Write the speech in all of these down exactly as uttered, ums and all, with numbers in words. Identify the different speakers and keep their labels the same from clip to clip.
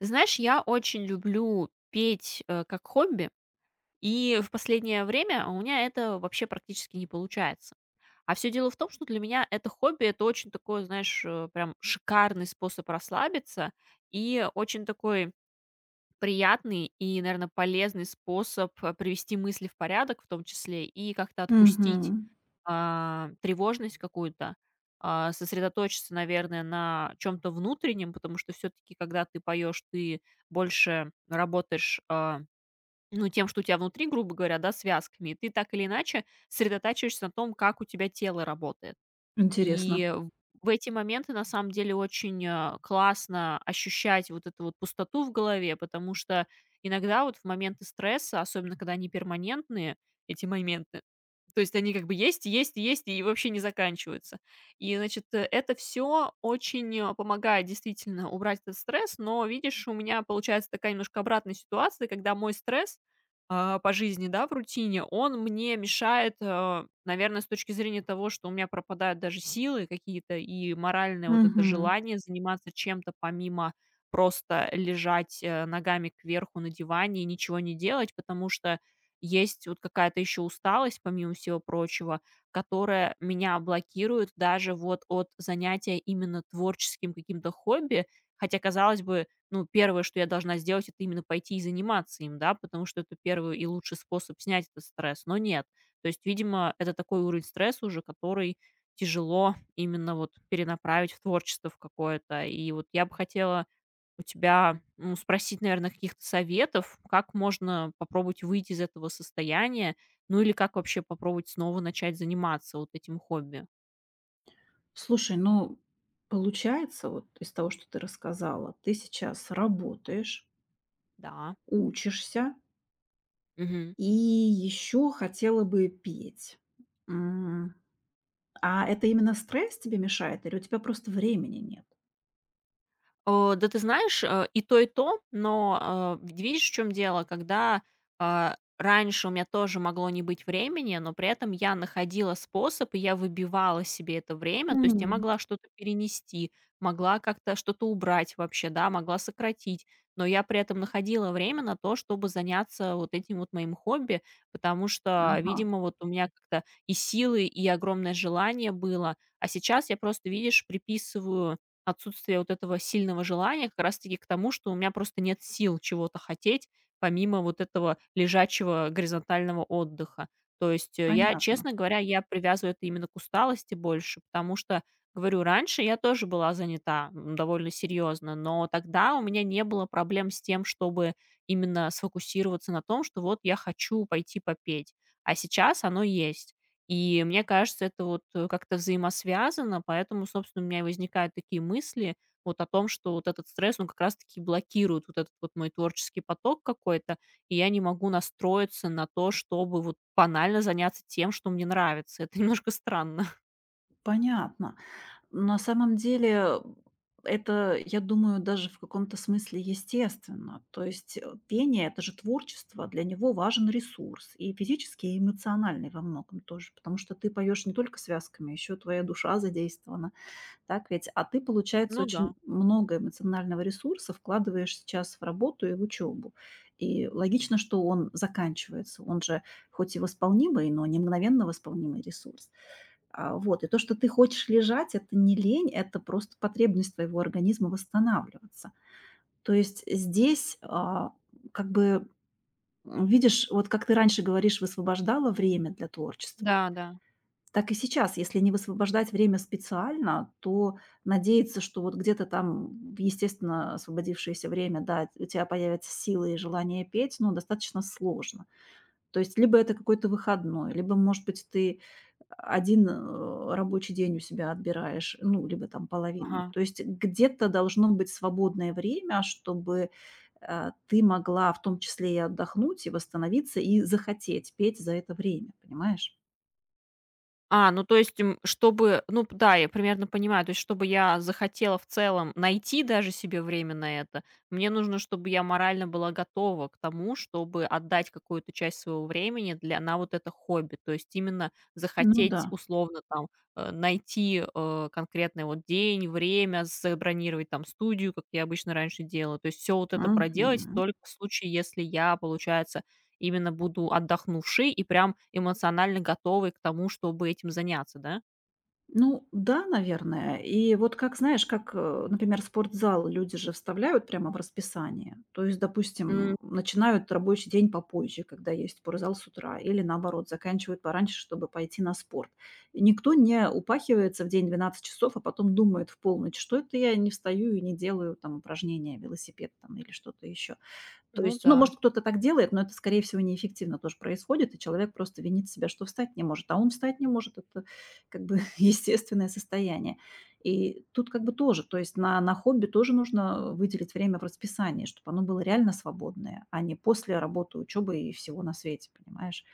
Speaker 1: Ты знаешь, я очень люблю петь, э, как хобби, и в последнее время у меня это вообще практически не получается. А все дело в том, что для меня это хобби, это очень такой, знаешь, э, прям шикарный способ расслабиться и очень такой приятный и, наверное, полезный способ э, привести мысли в порядок, в том числе и как-то отпустить
Speaker 2: Мгм.
Speaker 1: а, тревожность какую-то, а, сосредоточиться, наверное, на чем-то внутреннем, потому что все-таки, когда ты поешь, ты больше работаешь, а, ну, тем, что у тебя внутри, грубо говоря, да, связками, и ты так или иначе сосредотачиваешься на том, как у тебя тело работает.
Speaker 2: Интересно.
Speaker 1: И в в эти моменты, на самом деле, очень, а, классно ощущать вот эту вот пустоту в голове, потому что иногда вот в моменты стресса, особенно когда они перманентные, эти моменты, то есть они как бы есть, есть, есть и вообще не заканчиваются. И, значит, э, это все очень, а, помогает действительно убрать этот стресс, но, видишь, у меня получается такая немножко обратная ситуация, когда мой стресс а, по жизни, да, в рутине, он мне мешает, э, наверное, с точки зрения того, что у меня пропадают даже силы какие-то и моральное вот это
Speaker 2: Мгм.
Speaker 1: желание заниматься чем-то, помимо просто лежать э, ногами кверху на диване и ничего не делать, потому что есть вот какая-то еще усталость, помимо всего прочего, которая меня блокирует даже вот от занятия именно творческим каким-то хобби, хотя, казалось бы, ну, первое, что я должна сделать, это именно пойти и заниматься им, да, потому что это первый и лучший способ снять этот стресс. Но нет. То есть, видимо, это такой уровень стресса уже, который тяжело именно вот перенаправить в творчество в какое-то. И вот я бы хотела у тебя, ну, спросить, наверное, каких-то советов, как можно попробовать выйти из этого состояния, ну или как вообще попробовать снова начать заниматься вот этим хобби.
Speaker 2: Слушай, ну, получается, вот из того, что ты рассказала, ты сейчас работаешь,
Speaker 1: Да.
Speaker 2: учишься
Speaker 1: Мгм.
Speaker 2: и еще хотела бы петь. М, а это именно стресс тебе мешает или у тебя просто времени нет?
Speaker 1: Э, да ты знаешь, э, и то, и то, но, э, ведь видишь, в чем дело, когда, а, раньше у меня тоже могло не быть времени, но при этом я находила способ, и я выбивала себе это время. То есть я
Speaker 2: М.
Speaker 1: могла что-то перенести, могла как-то что-то убрать вообще, да, могла сократить, но я при этом находила время на то, чтобы заняться вот этим вот моим хобби, потому что,
Speaker 2: Ага,
Speaker 1: видимо, вот у меня как-то и силы, и огромное желание было. А сейчас я просто, видишь, приписываю отсутствие вот этого сильного желания как раз-таки к тому, что у меня просто нет сил чего-то хотеть, помимо вот этого лежачего горизонтального отдыха. То есть, э, я,
Speaker 2: понятно,
Speaker 1: честно говоря, я привязываю это именно к усталости больше, потому что, говорю, раньше я тоже была занята, м, довольно серьезно, но тогда у меня не было проблем с тем, чтобы именно сфокусироваться на том, что вот я хочу пойти попеть. А сейчас оно есть. И мне кажется, это вот, э, как-то взаимосвязано, поэтому, собственно, у меня и возникают такие мысли вот о том, что вот этот стресс, он как раз-таки блокирует вот этот вот мой творческий поток какой-то, и я не могу настроиться на то, чтобы вот банально заняться тем, что мне нравится. Это немножко странно.
Speaker 2: понятно. На самом деле, это, я думаю, даже в каком-то смысле естественно. То есть э, пение– это же творчество, для него важен ресурс и физический, и эмоциональный во многом тоже, потому что ты поешь не только связками, еще твоя душа задействована, так ведь? А ты, получается,
Speaker 1: Ну да.
Speaker 2: очень много эмоционального ресурса вкладываешь сейчас в работу и в учебу. И логично, что он заканчивается. Он же хоть и восполнимый, но не мгновенно восполнимый ресурс. А, вот. И то, что ты хочешь лежать, это не лень, это просто потребность твоего организма восстанавливаться. То есть здесь, а, как бы, м, видишь, вот как ты раньше говоришь, высвобождала время для творчества,
Speaker 1: Да, да.
Speaker 2: так и сейчас, если не высвобождать время специально, то надеяться, что вот где-то там, в естественно, освободившееся время, да, у тебя появятся силы и желание петь, ну, достаточно сложно. То есть либо это какой-то выходной, либо, может быть, ты один э, рабочий день у себя отбираешь, ну, либо там половину.
Speaker 1: Ага.
Speaker 2: То есть где-то должно быть свободное время, чтобы, э, ты могла в том числе и отдохнуть, и восстановиться, и захотеть петь за это время, понимаешь?
Speaker 1: А, ну то есть, м, чтобы, ну п да, я примерно понимаю, то есть, чтобы я захотела в целом найти даже себе время на это, мне нужно, чтобы я морально была готова к тому, чтобы отдать какую-то часть своего времени для на вот это хобби. То есть именно
Speaker 2: Ну да.
Speaker 1: захотеть условно там э, найти э, конкретный вот день, время, забронировать там студию, как я обычно раньше делала. То есть все вот это проделать
Speaker 2: Мгм.
Speaker 1: только в случае, если я, получается, именно буду отдохнувшей и прям эмоционально готовой к тому, чтобы этим заняться, да?
Speaker 2: Ну да, наверное. И вот как, знаешь, как, э, например, спортзал люди же вставляют прямо в расписание. То есть,
Speaker 1: М,
Speaker 2: допустим, начинают рабочий день попозже, когда есть спортзал с утра, или наоборот, заканчивают пораньше, чтобы пойти на спорт. И никто не упахивается в день двенадцать часов, а потом думает в полночь, что это я не встаю и не делаю там упражнения, велосипед там или что-то еще. То
Speaker 1: ну
Speaker 2: есть, ну,
Speaker 1: да.
Speaker 2: может, кто-то так делает, но это, скорее всего, неэффективно тоже происходит, и человек просто винит себя, что встать не может. А он встать не может, это как бы естественное состояние. И тут как бы тоже, то есть на, на хобби тоже нужно выделить время в расписании, чтобы оно было реально свободное, а не после работы, учебы и всего на свете, понимаешь?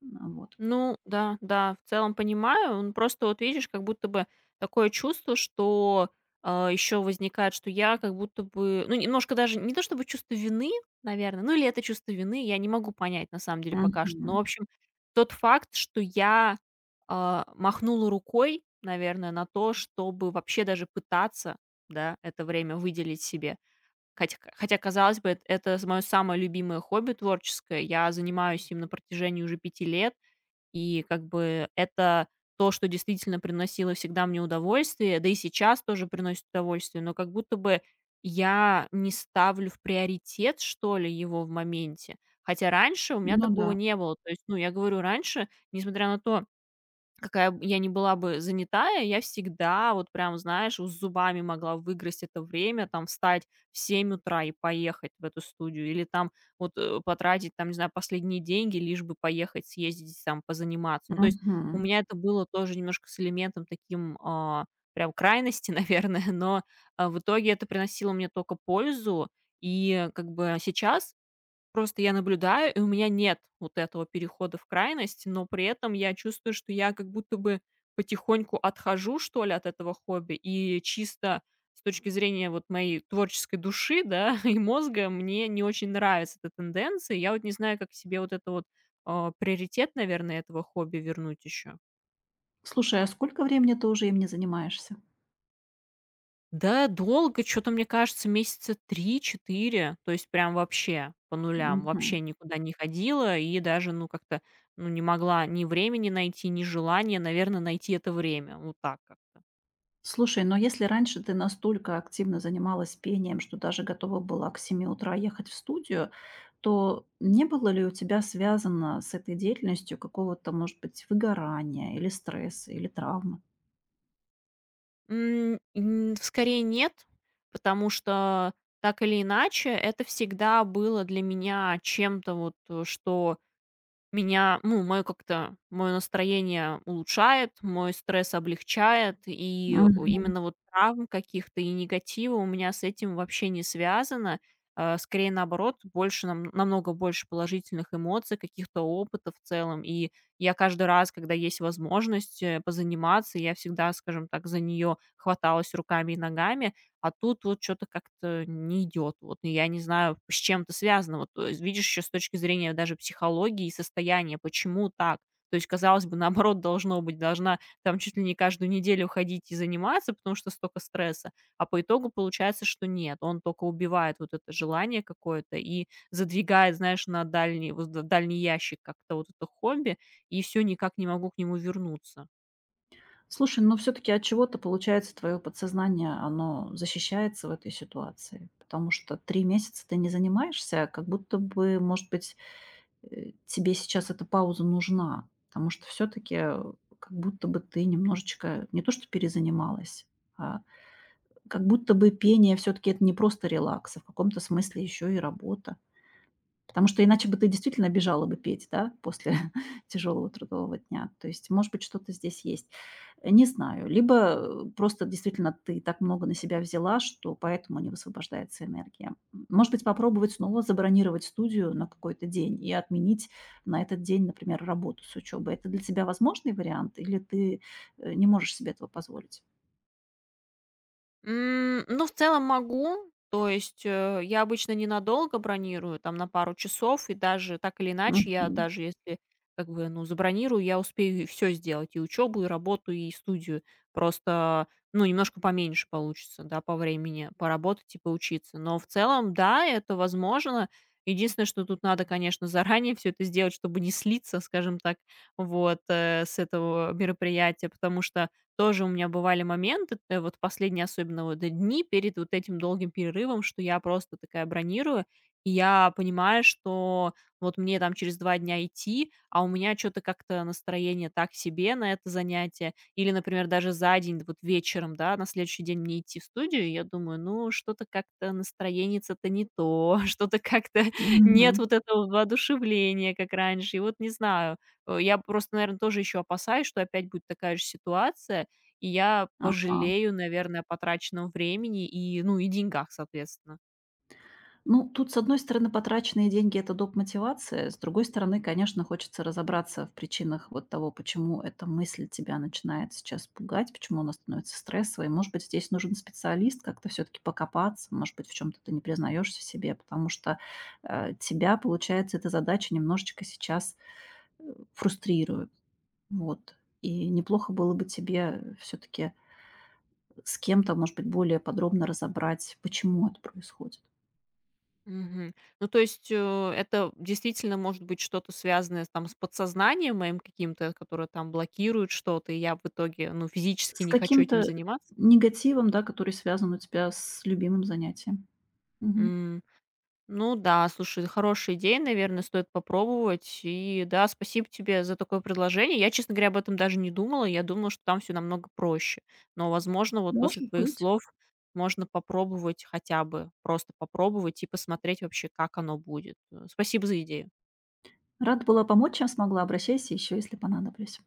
Speaker 2: Ну вот.
Speaker 1: Ну да, да, в целом понимаю. Ну, просто вот видишь, как будто бы такое чувство, что еще возникает, что я как будто бы, ну, немножко даже не то чтобы чувство вины, наверное, ну или это чувство вины, я не могу понять на самом деле пока что. Но, в
Speaker 2: Мгм.
Speaker 1: общем, тот факт, что я а, махнула рукой, наверное, на то, чтобы вообще даже пытаться, да, это время выделить себе. Хотя хотя, казалось бы, эт это мое самое любимое хобби творческое. Я занимаюсь им на протяжении уже пяти лет, и как бы это то, что действительно приносило всегда мне удовольствие, да и сейчас тоже приносит удовольствие, но как будто бы я не ставлю в приоритет, что ли, его в моменте. Хотя раньше у меня
Speaker 2: Ну да.
Speaker 1: такого не было. То есть, ну, я говорю, раньше, несмотря на то, какая б я ни была бы занятая, я всегда вот прям, знаешь, вот зубами могла выгрызть это время, там, встать в семь утра и поехать в эту студию или там вот, э, потратить, там, не знаю, последние деньги, лишь бы поехать, съездить там позаниматься. Ну, то есть у
Speaker 2: Мгм.
Speaker 1: меня это было тоже немножко с элементом таким, а, прям крайности, наверное, но, а, в итоге это приносило мне только пользу. И как бы сейчас просто я наблюдаю, и у меня нет вот этого перехода в крайность, но при этом я чувствую, что я как будто бы потихоньку отхожу, что ли, от этого хобби, и чисто с точки зрения вот моей творческой души, да, и мозга, мне не очень нравится эта тенденция. Я вот не знаю, как себе вот это вот а, приоритет, наверное, этого хобби вернуть еще.
Speaker 2: Слушай, а сколько времени ты уже им не занимаешься?
Speaker 1: Да, долго, что то мне кажется, месяца три-четыре, то есть прям вообще по нулям, вообще
Speaker 2: Мгм.
Speaker 1: никуда не ходила и даже, ну, как-то, ну, не могла ни времени найти, ни желания, наверное, найти это время. Вот так как-то.
Speaker 2: Слушай, но если раньше ты настолько активно занималась пением, что даже готова была к семи утра ехать в студию, то не было ли у тебя связано с этой деятельностью какого-то, может быть, выгорания или стресса, или травмы?
Speaker 1: М, н скорее нет, потому что так или иначе это всегда было для меня чем-то вот, э, что меня, ну, мое как-то, мое настроение улучшает, мой стресс облегчает, и у-
Speaker 2: Мгм.
Speaker 1: именно вот травм каких-то и негатива у меня с этим вообще не связано. Э, Скорее наоборот, больше, нам- намного больше положительных эмоций, каких-то опытов в целом. И я каждый раз, когда есть возможность э, позаниматься, я всегда, скажем так, за нее хваталась руками и ногами. А тут вот что то как-то не идет. Вот и я не знаю, с чем это связано. Вот, э, видишь, еще с точки зрения даже психологии и состояния, почему так? То есть, казалось бы, наоборот должно быть, должна там чуть ли не каждую неделю ходить и заниматься, потому что столько стресса, а по итогу получается, что нет, он только убивает вот это желание какое-то и задвигает, знаешь, на дальний, воз- дальний ящик как-то вот это хобби, и все никак не могу к нему вернуться.
Speaker 2: Слушай, но все-таки от чего-то, получается, твое подсознание, оно защищается в этой ситуации, потому что три месяца ты не занимаешься, как будто бы, может быть, э, тебе сейчас эта пауза нужна, потому что все-таки как будто бы ты немножечко не то что перезанималась, а как будто бы пение все-таки это не просто релакс, а в каком-то смысле еще и работа. Потому что иначе бы ты действительно бежала бы петь, да, после тяжелого трудового дня. То есть, может быть, что-то здесь есть. Э, не знаю. Либо, э, просто действительно ты так много на себя взяла, что поэтому не высвобождается энергия. М, может быть, попробовать снова забронировать студию на какой-то день и отменить на этот день, например, работу с учебой. Это для тебя возможный вариант или ты, э, не можешь себе этого позволить?
Speaker 1: М, ну, в целом могу. То есть, э, я обычно ненадолго бронирую, там на пару часов, и даже так или иначе, я
Speaker 2: Мгм.
Speaker 1: даже если как бы, ну, забронирую, я успею все сделать: и учебу, и работу, и студию. Просто, ну, немножко поменьше получится, да, по времени поработать и поучиться. Но в целом, да, это возможно. Единственное, что тут надо, конечно, заранее все это сделать, чтобы не слиться, скажем так, вот, э, с этого мероприятия, потому что тоже у меня бывали моменты, э, вот последние особенно вот дни перед вот этим долгим перерывом, что я просто такая бронирую, и я понимаю, что вот мне там через два дня идти, а у меня что то как-то настроение так себе на это занятие. Или, например, даже за день, вот вечером, да, на следующий день мне идти в студию, и я думаю, ну, что-то как-то настроение-то не то, что-то как-то нет
Speaker 2: Мгм.
Speaker 1: вот этого воодушевления, как раньше. И вот не знаю, э, я просто, наверное, тоже еще опасаюсь, что опять будет такая же ситуация, и я
Speaker 2: Ага.
Speaker 1: пожалею, наверное, о потраченном времени и, ну, и деньгах, соответственно.
Speaker 2: Ну, тут, с одной стороны, потраченные деньги– это доп. Мотивация, с другой стороны, конечно, хочется разобраться в причинах вот того, почему эта мысль тебя начинает сейчас пугать, почему она становится стрессовой. Может быть, здесь нужен специалист, как-то все-таки покопаться, может быть, в чем-то ты не признаешься себе, потому что э, тебя, получается, эта задача немножечко сейчас э, фрустрирует. Вот. И неплохо было бы тебе все-таки с кем-то, может быть, более подробно разобрать, почему это происходит.
Speaker 1: Мгм. Ну, то есть, э, это действительно может быть что-то связанное с там с подсознанием моим каким-то, которое там блокирует что-то, и я в итоге, ну, физически
Speaker 2: С
Speaker 1: не хочу этим
Speaker 2: каким-то
Speaker 1: заниматься?
Speaker 2: негативом, да, который связан у тебя с любимым занятием. Мгм.
Speaker 1: Ну да, слушай, хорошая идея, наверное, стоит попробовать. И да, спасибо тебе за такое предложение. Я, честно говоря, об этом даже не думала. Я думала, что там все намного проще. Но, возможно, вот после
Speaker 2: Может
Speaker 1: твоих
Speaker 2: быть.
Speaker 1: слов можно попробовать хотя бы, просто попробовать и посмотреть вообще, как оно будет. Э, Спасибо за идею.
Speaker 2: Рада была помочь, чем смогла. Обращайся еще, если понадоблюсь.